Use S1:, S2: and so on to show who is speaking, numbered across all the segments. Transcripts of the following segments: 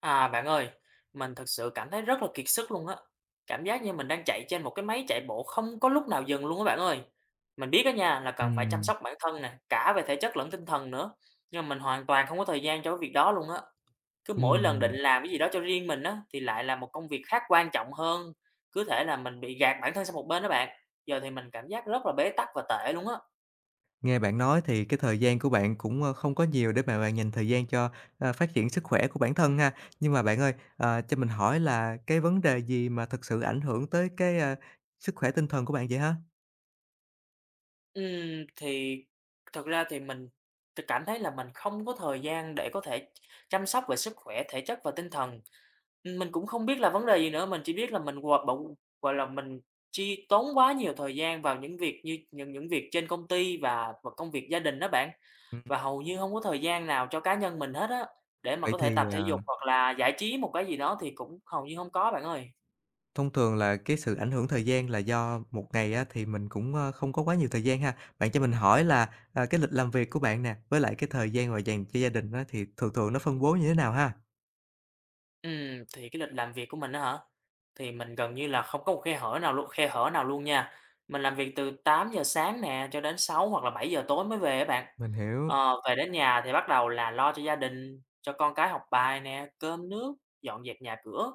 S1: À, bạn ơi, mình thật sự cảm thấy rất là kiệt sức luôn á. Cảm giác như mình đang chạy trên một cái máy chạy bộ không có lúc nào dừng luôn á bạn ơi. Mình biết đó nha là cần phải chăm
S2: Ừm,
S1: sóc bản thân nè, cả về thể chất lẫn tinh thần nữa. Nhưng mà mình hoàn toàn không có thời gian cho cái việc đó luôn á. Cứ mỗi lần
S2: ừm.
S1: định làm cái gì đó cho riêng mình á, thì lại là một công việc khác quan trọng hơn. Cứ thể là mình bị gạt bản thân sang một bên đó bạn. Giờ thì mình cảm giác rất là bế tắc và tệ luôn á.
S2: Nghe bạn nói thì cái thời gian của bạn cũng, không có nhiều để mà bạn dành thời gian cho, phát triển sức khỏe của bản thân ha. Nhưng mà bạn ơi, cho mình hỏi là cái vấn đề gì mà thực sự ảnh hưởng tới cái, sức khỏe tinh thần của bạn vậy ha?
S1: Thì thật ra thì mình cảm thấy là mình không có thời gian để có thể chăm sóc về sức khỏe thể chất và tinh thần. Mình cũng không biết là vấn đề gì nữa, mình chỉ biết là mình gọi bụng gọi là, mình chi tốn quá nhiều thời gian vào những việc như những việc trên công ty và công việc gia đình đó bạn.
S2: Ừm,
S1: Và hầu như không có thời gian nào cho cá nhân mình hết á, để mà
S2: Vậy
S1: có thể
S2: thì,
S1: tập thể
S2: ờ,
S1: dục hoặc là giải trí một cái gì đó thì cũng hầu như không có bạn ơi.
S2: thông thường là cái sự ảnh hưởng thời gian là do một ngày á thì mình cũng, không có quá nhiều thời gian ha. Bạn cho mình hỏi là, cái lịch làm việc của bạn nè, với lại cái thời gian mà dành cho gia đình á thì thường thường nó phân bố như thế nào ha?
S1: Thì cái lịch làm việc của mình đó hả? Thì mình gần như là không có một khe hở nào luôn khe hở nào luôn nha. Mình làm việc từ tám giờ sáng nè, cho đến 6 hoặc là bảy giờ tối mới về các bạn.
S2: Mình hiểu,
S1: Ờ, về đến nhà thì bắt đầu là lo cho gia đình, cho con cái học bài nè, cơm nước, dọn dẹp nhà cửa.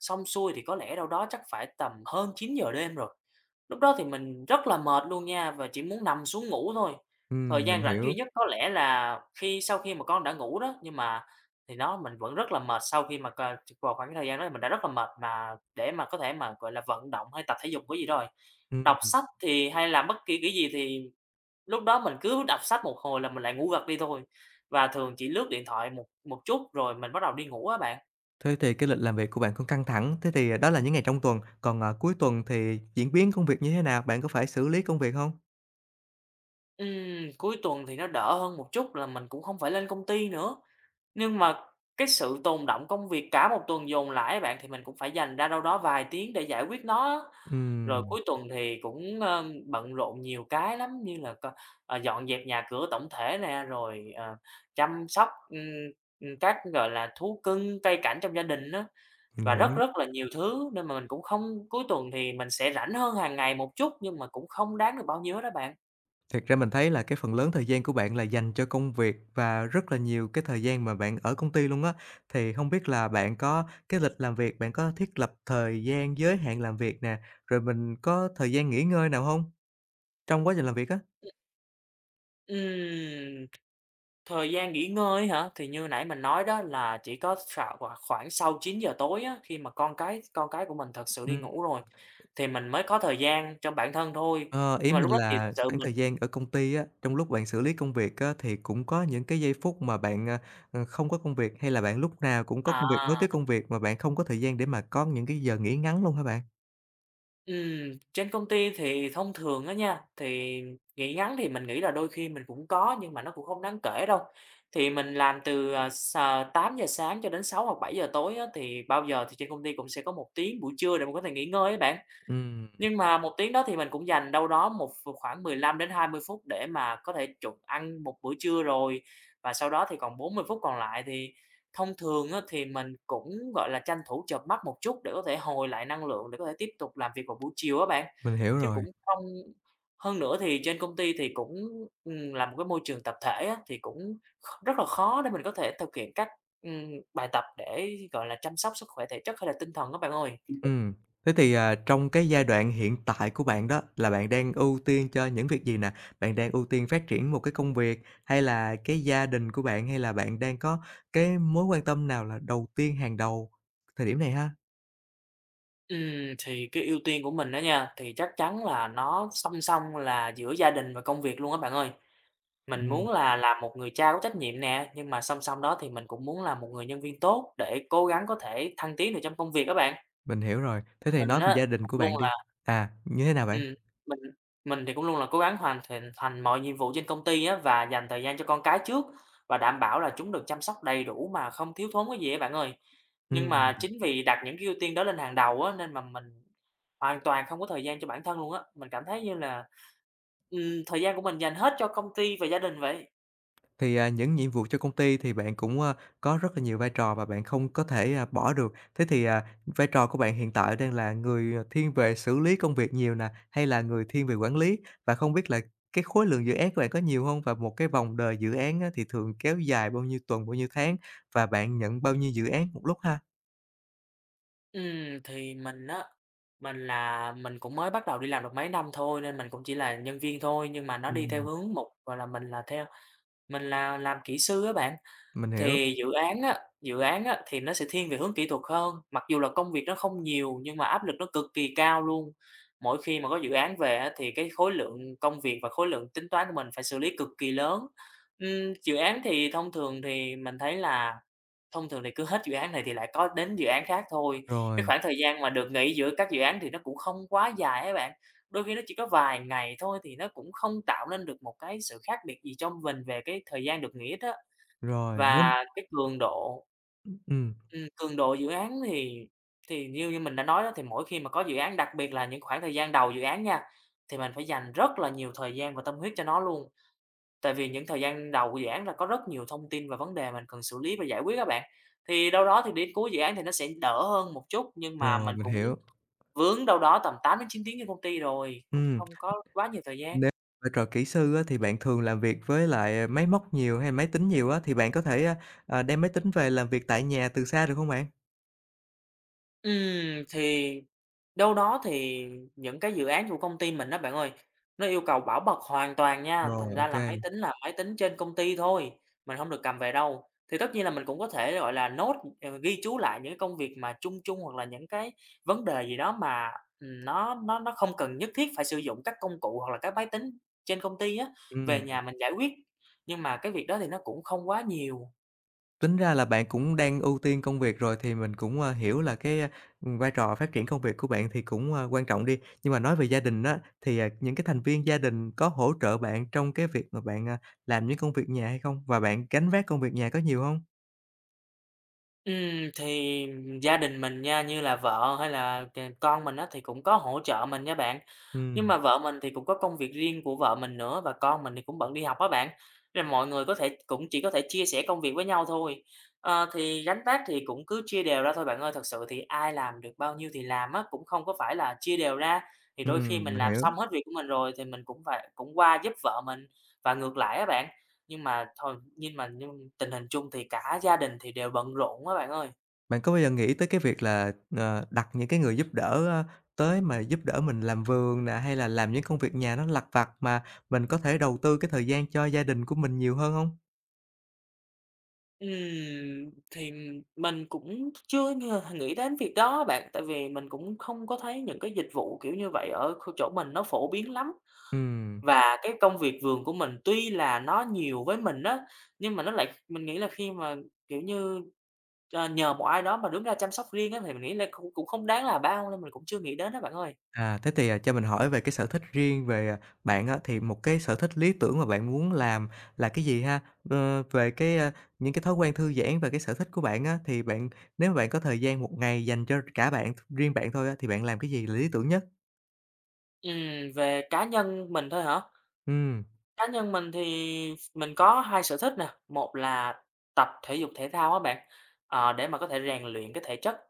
S1: Xong xuôi thì có lẽ đâu đó chắc phải tầm hơn chín giờ đêm rồi. Lúc đó thì mình rất là mệt luôn nha và chỉ muốn nằm xuống ngủ thôi. Thời
S2: mình
S1: gian rảnh duy
S2: hiểu,
S1: nhất có lẽ là khi sau khi mà con đã ngủ đó, nhưng mà thì nó mình vẫn rất là mệt sau khi mà c vào khoảng thời gian đó mình đã rất là mệt mà để mà có thể mà, gọi là, vận động hay tập thể dục cái gì rồi.
S2: ừm.
S1: Đọc sách thì hay làm bất kỳ cái gì thì lúc đó mình cứ đọc sách một hồi là mình lại ngủ gật đi thôi, và thường chỉ lướt điện thoại một một chút rồi mình bắt đầu đi ngủ á bạn.
S2: Thế thì cái lịch làm việc của bạn cũng căng thẳng, thế thì, đó là những ngày trong tuần, còn, cuối tuần thì diễn biến công việc như thế nào? Bạn có phải xử lý công việc không?
S1: Cuối tuần thì nó đỡ hơn một chút là mình cũng không phải lên công ty nữa, nhưng mà cái sự tồn đọng công việc cả một tuần dồn lại á bạn, thì mình cũng phải dành ra đâu đó vài tiếng để giải quyết nó á. Rồi
S2: Ừm,
S1: cuối tuần thì cũng, bận rộn nhiều cái lắm, như là dọn dẹp nhà cửa tổng thể nè, rồi, chăm sóc, các, gọi là, thú cưng, cây cảnh trong gia đình đó và
S2: mình
S1: rất
S2: hiểu.
S1: rất là nhiều thứ nên mà mình cũng không cuối tuần thì mình sẽ rảnh hơn hàng ngày một chút nhưng mà cũng không đáng được bao nhiêu hết á bạn.
S2: Thiệt ra mình thấy là cái phần lớn thời gian của bạn là dành cho công việc và rất là nhiều cái thời gian mà bạn ở công ty luôn á. Thì không biết là bạn có cái lịch làm việc, bạn có thiết lập thời gian giới hạn làm việc nè, rồi mình có thời gian nghỉ ngơi nào không trong quá trình làm việc á?
S1: Ừm. Thời gian nghỉ ngơi hả? Thì như nãy mình nói đó là chỉ có sạo khoảng khoảng sau chín giờ tối á, khi mà con cái của mình thật sự đi ngủ rồi, thì mình mới có thời gian cho bản thân thôi.
S2: Ờ, Ý
S1: Nhưng mà lúc
S2: mình
S1: đó thì thật
S2: là
S1: sự
S2: khoảng thời
S1: mình
S2: gian ở công ty á, trong lúc bạn xử lý công việc á, thì cũng có những cái giây phút mà bạn, không có công việc, hay là bạn lúc nào cũng có
S1: à,
S2: công việc nối tiếp công việc mà bạn không có thời gian để mà có những cái giờ nghỉ ngắn luôn hả bạn?
S1: trên công ty thì thông thường á nha, thì nghỉ ngắn thì mình nghĩ là đôi khi mình cũng có nhưng mà nó cũng không đáng kể đâu. Thì mình làm từ, à, s 8:00 sáng cho đến 6 hoặc bảy giờ tối á, thì bao giờ thì trên công ty cũng sẽ có một tiếng buổi trưa để mình có thể nghỉ ngơi á bạn.
S2: Ừm,
S1: Nhưng mà một tiếng đó thì mình cũng dành đâu đó một ph khoảng 15 đến 20 phút để mà có thể chuẩn ăn một bữa trưa rồi, và sau đó thì còn 40 phút còn lại thì thông thường á, thì mình cũng, gọi là, tranh thủ chợp mắt một chút để có thể hồi lại năng lượng để có thể tiếp tục làm việc vào buổi chiều á bạn.
S2: mình hiểu
S1: Chứ
S2: rồi.
S1: cũng không hơn nữa thì trên công ty thì cũng, là một cái môi trường tập thể á, thì cũng rất là khó để mình có thể thực hiện các, bài tập để, gọi là, chăm sóc sức khỏe thể chất hay là tinh thần các bạn ơi.
S2: Ừm, Thế thì, trong cái giai đoạn hiện tại của bạn đó là bạn đang ưu tiên cho những việc gì nè? Bạn đang ưu tiên phát triển một cái công việc, hay là cái gia đình của bạn, hay là bạn đang có cái mối quan tâm nào là đầu tiên hàng đầu thời điểm này ha?
S1: Thì cái ưu tiên của mình đó nha, thì chắc chắn là nó song song là giữa gia đình và công việc luôn á bạn ơi. Mình muốn là làm một người cha có trách nhiệm nè, nhưng mà song song đó thì mình cũng muốn là một người nhân viên tốt để cố gắng có thể thăng tiến được trong công việc các bạn.
S2: Mình hiểu rồi. Thế thì
S1: Mình
S2: nói về
S1: á,
S2: gia đình
S1: cũng
S2: của
S1: luôn
S2: bạn đi.
S1: là
S2: À, như thế nào bạn?
S1: Ừm, mình mình thì cũng luôn là cố gắng hoàn thiện thành mọi nhiệm vụ trên công ty á, và dành thời gian cho con cái trước và đảm bảo là chúng được chăm sóc đầy đủ mà không thiếu thốn cái gì á bạn ơi. Nhưng
S2: Ừm,
S1: mà chính vì đặt những cái ưu tiên đó lên hàng đầu á, nên mà mình hoàn toàn không có thời gian cho bản thân luôn á. Mình cảm thấy như là, thời gian của mình dành hết cho công ty và gia đình vậy.
S2: những nhiệm vụ cho công ty thì bạn cũng, có rất là nhiều vai trò và bạn không có thể, bỏ được. Thế thì, vai trò của bạn hiện tại đang là người, thiên về xử lý công việc nhiều nè, hay là người thiên về quản lý? Và không biết là cái khối lượng dự án của bạn có nhiều không? Và một cái vòng đời dự án á thì thường kéo dài bao nhiêu tuần, bao nhiêu tháng? Và bạn nhận bao nhiêu dự án một lúc ha?
S1: Thì mình á, mình cũng mới bắt đầu đi làm được mấy năm thôi nên mình cũng chỉ là nhân viên thôi, nhưng mà nó đi theo
S2: Ừm,
S1: hướng một gọi là, mình là làm kỹ sư á bạn.
S2: mình hiểu.
S1: Thì dự án á thì nó sẽ thiên về hướng kỹ thuật hơn, mặc dù là công việc nó không nhiều nhưng mà áp lực nó cực kỳ cao luôn. Mỗi khi mà có dự án về á thì cái khối lượng công việc và khối lượng tính toán của mình phải xử lý cực kỳ lớn. Dự án thì thông thường thì mình thấy là thông thường thì cứ hết dự án này thì lại có đến dự án khác thôi, cái
S2: Rồi,
S1: khoảng thời gian mà được nghỉ giữa các dự án thì nó cũng không quá dài ấy bạn. Đôi khi nó chỉ có vài ngày thôi thì nó cũng không tạo nên được một cái sự khác biệt gì cho mình về cái thời gian được nghỉ hết á.
S2: rồi, nếu
S1: Và cái
S2: ừm,
S1: cường độ dự án thì như như mình đã nói đó, thì mỗi khi mà có dự án, đặc biệt là những khoảng thời gian đầu dự án nha, thì mình phải dành rất là nhiều thời gian và tâm huyết cho nó luôn. Tại vì những thời gian đầu của dự án là có rất nhiều thông tin và vấn đề mình cần xử lý và giải quyết các bạn. Thì đâu đó thì đến cuối dự án thì nó sẽ đỡ hơn một chút, nhưng mà
S2: rồi,
S1: mình
S2: mình
S1: cũng
S2: hiểu.
S1: vướng đâu đó tầm tám đến chín tiếng trên công ty rồi, cũng
S2: Ừm.
S1: không có quá nhiều thời gian.
S2: Nếu vai trò kỹ sư á, thì bạn thường làm việc với lại máy móc nhiều hay máy tính nhiều á, thì bạn có thể, đem máy tính về làm việc tại nhà từ xa được hông bạn?
S1: Thì đâu đó thì những cái dự án của công ty mình đó bạn ơi, nó yêu cầu bảo mật hoàn toàn nha, thành
S2: Rồi, ô
S1: ra
S2: kê.
S1: là máy tính trên công ty thôi, mình không được cầm về đâu. Thì tất nhiên là mình cũng có thể, gọi là, ghi chú lại những cái công việc mà chung chung hoặc là những cái vấn đề gì đó mà, nó không cần nhất thiết phải sử dụng các công cụ hoặc là các máy tính trên công ty á, về
S2: Ừm,
S1: nhà mình giải quyết. Nhưng mà cái việc đó thì nó cũng không quá nhiều.
S2: Tính ra là bạn cũng đang ưu tiên công việc rồi thì mình cũng, hiểu là cái, vai trò phát triển công việc của bạn thì cũng, quan trọng đi. Nhưng mà nói về gia đình á, thì, những cái thành viên gia đình có hỗ trợ bạn trong cái việc mà bạn, làm những công việc nhà hay không? Và bạn gánh vác công việc nhà có nhiều hông?
S1: Thì gia đình mình nha, như là vợ hay là con mình á, thì cũng có hỗ trợ mình nha bạn. Nhưng
S2: Ừm,
S1: mà vợ mình thì cũng có công việc riêng của vợ mình nữa và con mình thì cũng bận đi học á bạn, nên là mọi người có thể cũng chỉ có thể chia sẻ công việc với nhau thôi. Ờ, thì gánh vác thì cũng cứ chia đều ra thôi bạn ơi, thật sự thì ai làm được bao nhiêu thì làm á, cũng không có phải là chia đều ra. Thì đôi khi mình
S2: mình
S1: làm
S2: hiểu.
S1: xong hết việc của mình rồi thì mình cũng qua giúp vợ mình và ngược lại á bạn. Nhưng mà thôi nhưng tình hình chung thì cả gia đình thì đều bận rộn á bạn ơi.
S2: Bạn có bao giờ nghĩ tới cái việc là, đặt những cái người giúp đỡ, tới mà giúp đỡ mình làm vườn nè, hay là làm những công việc nhà nó lặt vặt mà mình có thể đầu tư cái thời gian cho gia đình của mình nhiều hơn không?
S1: Thì mình cũng chưa ngờ nghĩ đến việc đó bạn, tại vì mình cũng không có thấy những cái dịch vụ kiểu như vậy ở chỗ mình nó phổ biến lắm.
S2: Ừm,
S1: Và cái công việc vườn của mình tuy là nó nhiều với mình á, nhưng mà nó lại mình nghĩ là khi mà, kiểu như, nhờ một ai đó mà đứng ra chăm sóc riêng á, thì mình nghĩ là cũng cũng không đáng là bao nên mình cũng chưa nghĩ đến đó bạn ơi.
S2: Thế thì, cho mình hỏi về cái sở thích riêng về, bạn á, thì một cái sở thích lý tưởng mà bạn muốn làm là cái gì ha? Về cái, những cái thói quen thư giãn và cái sở thích của bạn á, thì bạn nếu mà bạn có thời gian một ngày dành cho cả bạn, riêng bạn thôi á, thì bạn làm cái gì là lý tưởng nhất?
S1: Về cá nhân mình thôi hả?
S2: Ừ
S1: Cá nhân mình thì mình có hai sở thích nè, một là tập thể dục thể thao á bạn, ờ, để mà có thể rèn luyện cái thể chất.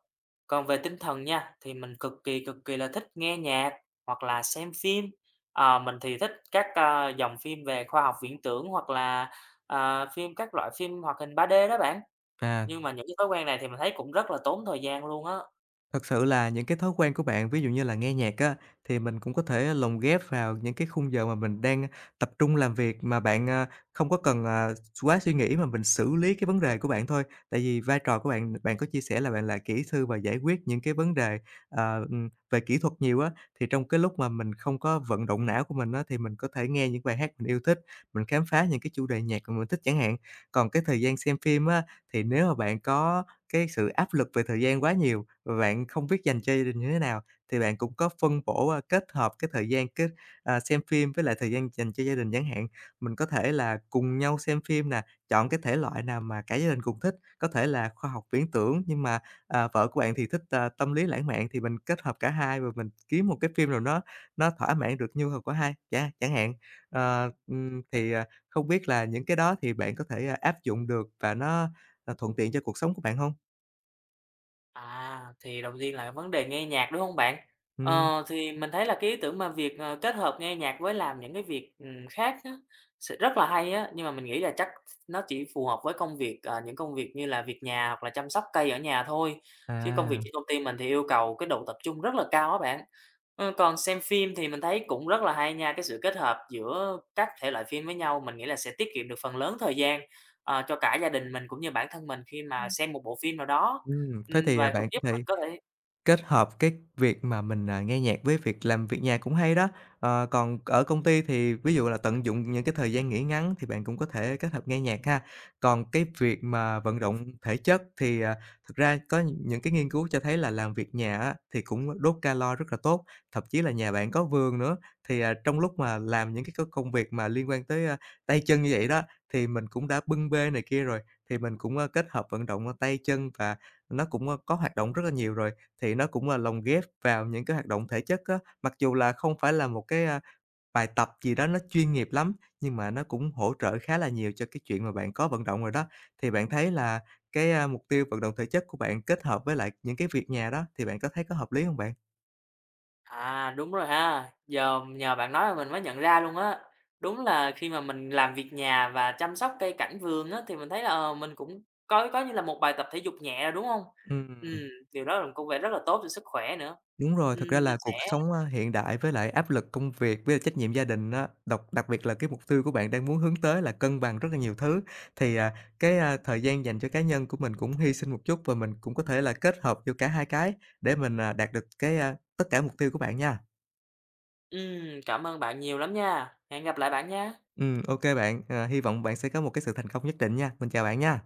S1: Còn về tinh thần nha, thì mình cực kỳ là thích nghe nhạc hoặc là xem phim. Ờ, mình thì thích các, dòng phim về khoa học viễn tưởng hoặc là, à, phim các loại phim hoạt hình 3D đó bạn.
S2: à.
S1: Nhưng mà những cái thói quen này thì mình thấy cũng rất là tốn thời gian luôn á.
S2: Thật sự là những cái thói quen của bạn, ví dụ như là nghe nhạc á, thì mình cũng có thể lồng ghép vào những cái khung giờ mà mình đang tập trung làm việc mà bạn, không có cần, quá suy nghĩ mà mình xử lý cái vấn đề của bạn thôi. Tại vì vai trò của bạn bạn có chia sẻ là bạn là kỹ sư và giải quyết những cái vấn đề, về kỹ thuật nhiều á, thì trong cái lúc mà mình không có vận động não của mình á, thì mình có thể nghe những bài hát mình yêu thích, mình khám phá những cái chủ đề nhạc mà mình thích chẳng hạn. Còn cái thời gian xem phim á, thì nếu mà bạn có cái sự áp lực về thời gian quá nhiều và bạn không biết dành cho gia đình như thế nào, thì bạn cũng có phân bổ, kết hợp cái thời gian xem phim với lại thời gian dành cho gia đình chẳng hạn. Mình có thể là cùng nhau xem phim nè, chọn cái thể loại nào mà cả gia đình cùng thích, có thể là khoa học viễn tưởng nhưng mà, vợ của bạn thì thích, tâm lý lãng mạn thì mình kết hợp cả hai và mình kiếm một cái phim nào nó thỏa mãn được nhu cầu của hai chẳng hạn. Thì, không biết là những cái đó thì bạn có thể, áp dụng được và nó, thuận tiện cho cuộc sống của bạn không?
S1: À, thì đầu tiên là vấn đề nghe nhạc, đúng hông bạn?
S2: Ừm,
S1: Ờ, thì mình thấy là cái ý tưởng mà việc, kết hợp nghe nhạc với làm những cái việc, khác á, sẽ rất là hay á, nhưng mà mình nghĩ là chắc nó chỉ phù hợp với công việc, những công việc như là việc nhà hoặc là chăm sóc cây ở nhà thôi, chứ công việc
S2: à,
S1: trên công ty mình thì yêu cầu cái độ tập trung rất là cao á bạn. Ờ, còn xem phim thì mình thấy cũng rất là hay nha, cái sự kết hợp giữa các thể loại phim với nhau, mình nghĩ là sẽ tiết kiệm được phần lớn thời gian, cho cả gia đình mình cũng như bản thân mình khi mà xem một bộ phim nào đó.
S2: Thế thì,
S1: Và cũng
S2: bạn
S1: giúp
S2: có
S1: mình
S2: thể
S1: có thể
S2: kết hợp cái việc mà mình, nghe nhạc với việc làm việc nhà cũng hay đó. Còn ở công ty thì ví dụ là tận dụng những cái thời gian nghỉ ngắn thì bạn cũng có thể kết hợp nghe nhạc ha. Còn cái việc mà vận động thể chất thì, thực ra có những cái nghiên cứu cho thấy là làm việc nhà á thì cũng đốt calo rất là tốt, thậm chí là nhà bạn có vườn nữa, thì, trong lúc mà làm những cái công việc mà liên quan tới, tay chân như vậy đó, thì mình cũng đã bưng bê này kia rồi, thì mình cũng, kết hợp vận động, tay chân và nó cũng, có hoạt động rất là nhiều rồi. Thì nó cũng là lồng ghép vào những cái hoạt động thể chất á, mặc dù là không phải là một cái, bài tập gì đó nó chuyên nghiệp lắm, nhưng mà nó cũng hỗ trợ khá là nhiều cho cái chuyện mà bạn có vận động rồi đó. Thì bạn thấy là cái, mục tiêu vận động thể chất của bạn kết hợp với lại những cái việc nhà đó, thì bạn có thấy có hợp lý không bạn?
S1: à, đúng rồi ha, giờ nhờ bạn nói mà mình mới nhận ra luôn á. Đúng là khi mà mình làm việc nhà và chăm sóc cây cảnh vườn á, thì mình thấy là, ờ, mình cũng có như là một bài tập thể dục nhẹ rồi, đúng không?
S2: Ừm.
S1: Ừm, điều đó là cũng vẻ rất là tốt cho sức khỏe nữa.
S2: Đúng rồi, thực ra
S1: Mình
S2: là cuộc
S1: sẽ
S2: sống, hiện đại với lại áp lực công việc với lại trách nhiệm gia đình á, đặc biệt là cái mục tiêu của bạn đang muốn hướng tới là cân bằng rất là nhiều thứ, thì, cái, thời gian dành cho cá nhân của mình cũng hy sinh một chút và mình cũng có thể là kết hợp vô cả hai cái để mình, đạt được cái, tất cả mục tiêu của bạn nha.
S1: cảm ơn bạn nhiều lắm nha, hẹn gặp lại bạn nha.
S2: Ừ OK bạn, hy vọng bạn sẽ có một cái sự thành công nhất định nha. Mình chào bạn nha.